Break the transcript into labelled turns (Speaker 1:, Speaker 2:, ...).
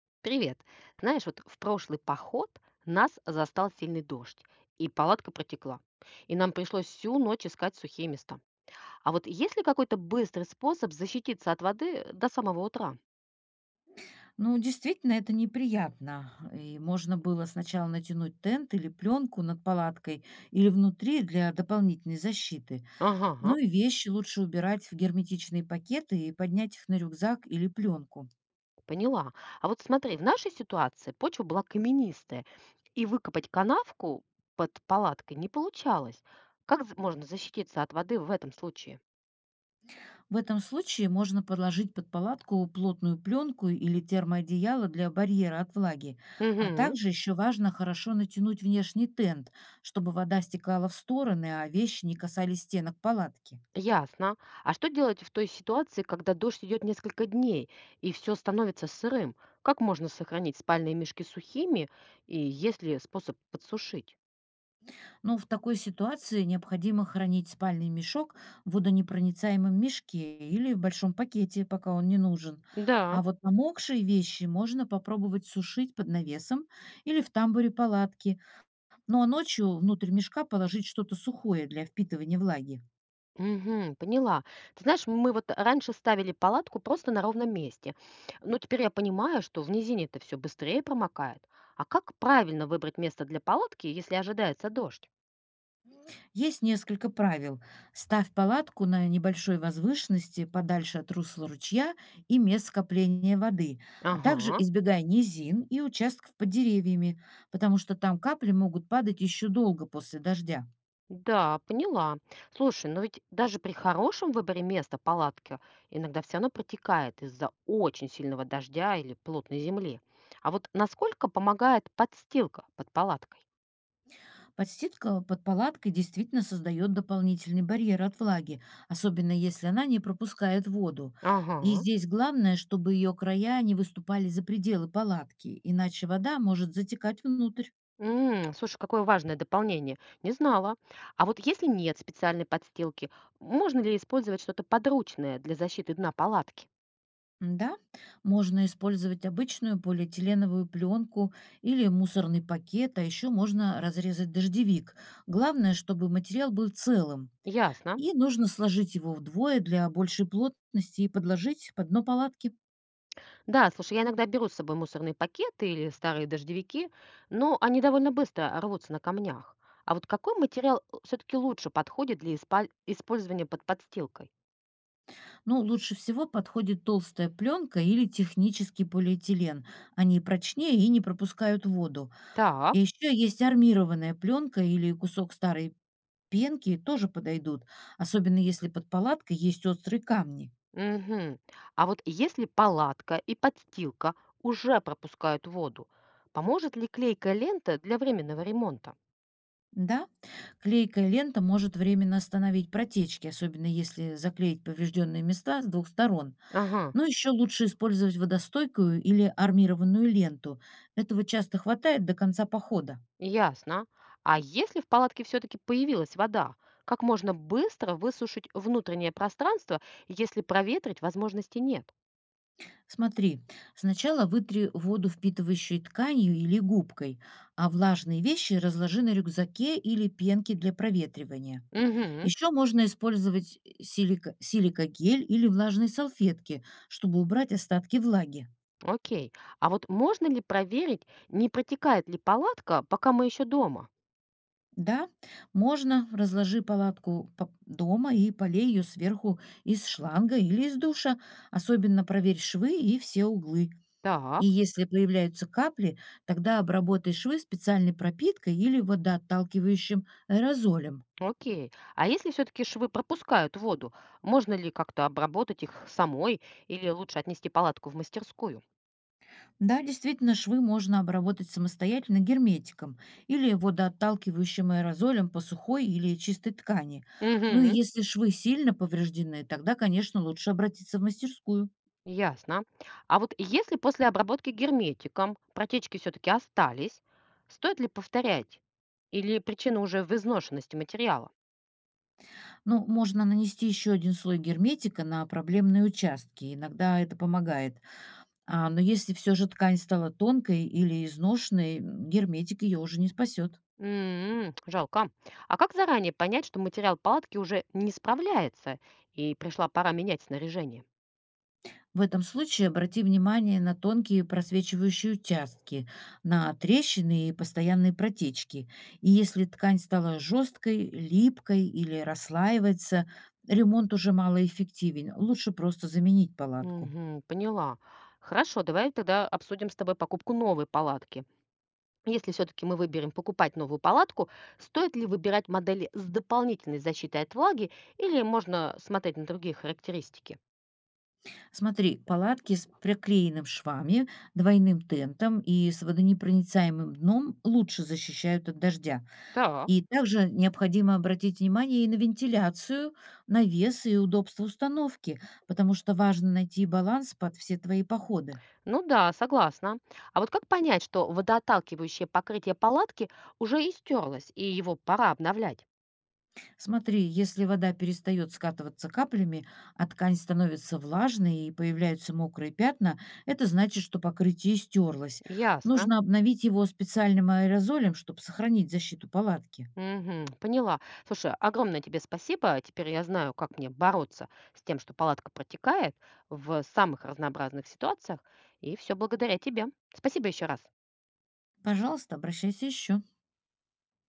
Speaker 1: Привет. Знаешь, вот в прошлый поход нас застал сильный дождь, и палатка протекла. И нам пришлось всю ночь искать сухие места. А вот есть ли какой-то быстрый способ защититься от воды до самого утра?
Speaker 2: Ну, действительно, это неприятно. И можно было сначала натянуть тент или пленку над палаткой или внутри для дополнительной защиты.
Speaker 1: Ага, ага,
Speaker 2: Ну и вещи лучше убирать в герметичные пакеты и поднять их на рюкзак или пленку.
Speaker 1: поняла. А вот смотри, в нашей ситуации почва была каменистая, и выкопать канавку под палаткой не получалось. Как можно защититься от воды в этом случае?
Speaker 2: В этом случае можно подложить под палатку плотную пленку или термоодеяло для барьера от влаги. А
Speaker 1: Угу.
Speaker 2: также еще важно хорошо натянуть внешний тент, чтобы вода стекала в стороны, а вещи не касались стенок палатки.
Speaker 1: Ясно. А что делать в той ситуации, когда дождь идет несколько дней и все становится сырым? Как можно сохранить спальные мешки сухими, и есть ли способ подсушить?
Speaker 2: Ну, в такой ситуации необходимо хранить спальный мешок в водонепроницаемом мешке или в большом пакете, пока он не нужен.
Speaker 1: Да.
Speaker 2: А вот намокшие вещи можно попробовать сушить под навесом или в тамбуре палатки. Ну а ночью внутрь мешка положить что-то сухое для впитывания влаги.
Speaker 1: Мгм, поняла. Ты знаешь, мы вот раньше ставили палатку просто на ровном месте. Но теперь я понимаю, что в низине это все быстрее промокает. А как правильно выбрать место для палатки, если ожидается дождь?
Speaker 2: Есть несколько правил. Ставь палатку на небольшой возвышенности, подальше от русла ручья и мест скопления воды, а также
Speaker 1: Ага.
Speaker 2: избегай низин и участков под деревьями, потому что там капли могут падать еще долго после дождя.
Speaker 1: Да, поняла. Слушай, но ведь даже при хорошем выборе места палатки иногда все равно протекает из-за очень сильного дождя или плотной земли. А вот насколько помогает подстилка под палаткой?
Speaker 2: Подстилка под палаткой действительно создает дополнительный барьер от влаги, особенно если она не пропускает воду. И
Speaker 1: Ага.
Speaker 2: здесь главное, чтобы ее края не выступали за пределы палатки, иначе вода может затекать внутрь.
Speaker 1: М, слушай, какое важное дополнение. Не знала. А вот если нет специальной подстилки, можно ли использовать что-то подручное для защиты дна палатки?
Speaker 2: Да, можно использовать обычную полиэтиленовую пленку или мусорный пакет, а еще можно разрезать дождевик. Главное, чтобы материал был целым.
Speaker 1: Ясно.
Speaker 2: И нужно сложить его вдвое для большей плотности и подложить под дно палатки.
Speaker 1: Да, слушай, я иногда беру с собой мусорные пакеты или старые дождевики, но они довольно быстро рвутся на камнях. А вот какой материал все-таки лучше подходит для использования под подстилкой?
Speaker 2: Ну, лучше всего подходит толстая пленка или технический полиэтилен. Они прочнее и не пропускают воду.
Speaker 1: Так,
Speaker 2: И еще есть армированная пленка или кусок старой пенки, тоже подойдут, особенно если под палаткой есть острые камни.
Speaker 1: мгм. А вот если палатка и подстилка уже пропускают воду, поможет ли клейкая лента для временного ремонта?
Speaker 2: Да, клейкая лента может временно остановить протечки, особенно если заклеить поврежденные места с двух сторон.
Speaker 1: Ага,
Speaker 2: Но еще лучше использовать водостойкую или армированную ленту. Этого часто хватает до конца похода.
Speaker 1: ясно. А если в палатке все-таки появилась вода, как можно быстро высушить внутреннее пространство, если проветрить возможности нет?
Speaker 2: Смотри, сначала вытри воду впитывающей тканью или губкой, а влажные вещи разложи на рюкзаке или пенке для проветривания.
Speaker 1: Мгм.
Speaker 2: Еще можно использовать силикогель или влажные салфетки, чтобы убрать остатки влаги.
Speaker 1: Окей. А вот можно ли проверить, не протекает ли палатка, пока мы еще дома?
Speaker 2: Да, можно. Разложи палатку дома и полей ее сверху из шланга или из душа. Особенно проверь швы и все углы.
Speaker 1: Так,
Speaker 2: И если появляются капли, тогда обработай швы специальной пропиткой или водоотталкивающим аэрозолем.
Speaker 1: окей. А если все-таки швы пропускают воду, можно ли как-то обработать их самой или лучше отнести палатку в мастерскую?
Speaker 2: Да, действительно, швы можно обработать самостоятельно герметиком или водоотталкивающим аэрозолем по сухой или чистой ткани. Ну и
Speaker 1: Угу.
Speaker 2: если швы сильно повреждены, тогда, конечно, лучше обратиться в мастерскую.
Speaker 1: Ясно. А вот если после обработки герметиком протечки все-таки остались, стоит ли повторять? Или причина уже в изношенности материала?
Speaker 2: Ну, можно нанести еще один слой герметика на проблемные участки. Иногда это помогает. А, но если все же ткань стала тонкой или изношенной, герметик ее уже не спасет.
Speaker 1: М, жалко. А как заранее понять, что материал палатки уже не справляется и пришла пора менять снаряжение?
Speaker 2: В этом случае обрати внимание на тонкие просвечивающие участки, на трещины и постоянные протечки. И если ткань стала жесткой, липкой или расслаивается, ремонт уже малоэффективен. Лучше просто заменить палатку.
Speaker 1: Мгм, поняла. Хорошо, давай тогда обсудим с тобой покупку новой палатки. Если все-таки мы выберем покупать новую палатку, стоит ли выбирать модели с дополнительной защитой от влаги или можно смотреть на другие характеристики?
Speaker 2: Смотри, палатки с приклеенным швами, двойным тентом и с водонепроницаемым дном лучше защищают от дождя.
Speaker 1: Так.
Speaker 2: И также необходимо обратить внимание и на вентиляцию, на вес и удобство установки, потому что важно найти баланс под все твои походы.
Speaker 1: Ну да, согласна. А вот как понять, что водоотталкивающее покрытие палатки уже истерлось и его пора обновлять?
Speaker 2: Смотри, если вода перестает скатываться каплями, а ткань становится влажной и появляются мокрые пятна, это значит, что покрытие стерлось.
Speaker 1: Ясно.
Speaker 2: Нужно обновить его специальным аэрозолем, чтобы сохранить защиту палатки.
Speaker 1: Мгм. Поняла. Слушай, огромное тебе спасибо. Теперь я знаю, как мне бороться с тем, что палатка протекает в самых разнообразных ситуациях. И все благодаря тебе. Спасибо еще раз.
Speaker 2: Пожалуйста, обращайся еще.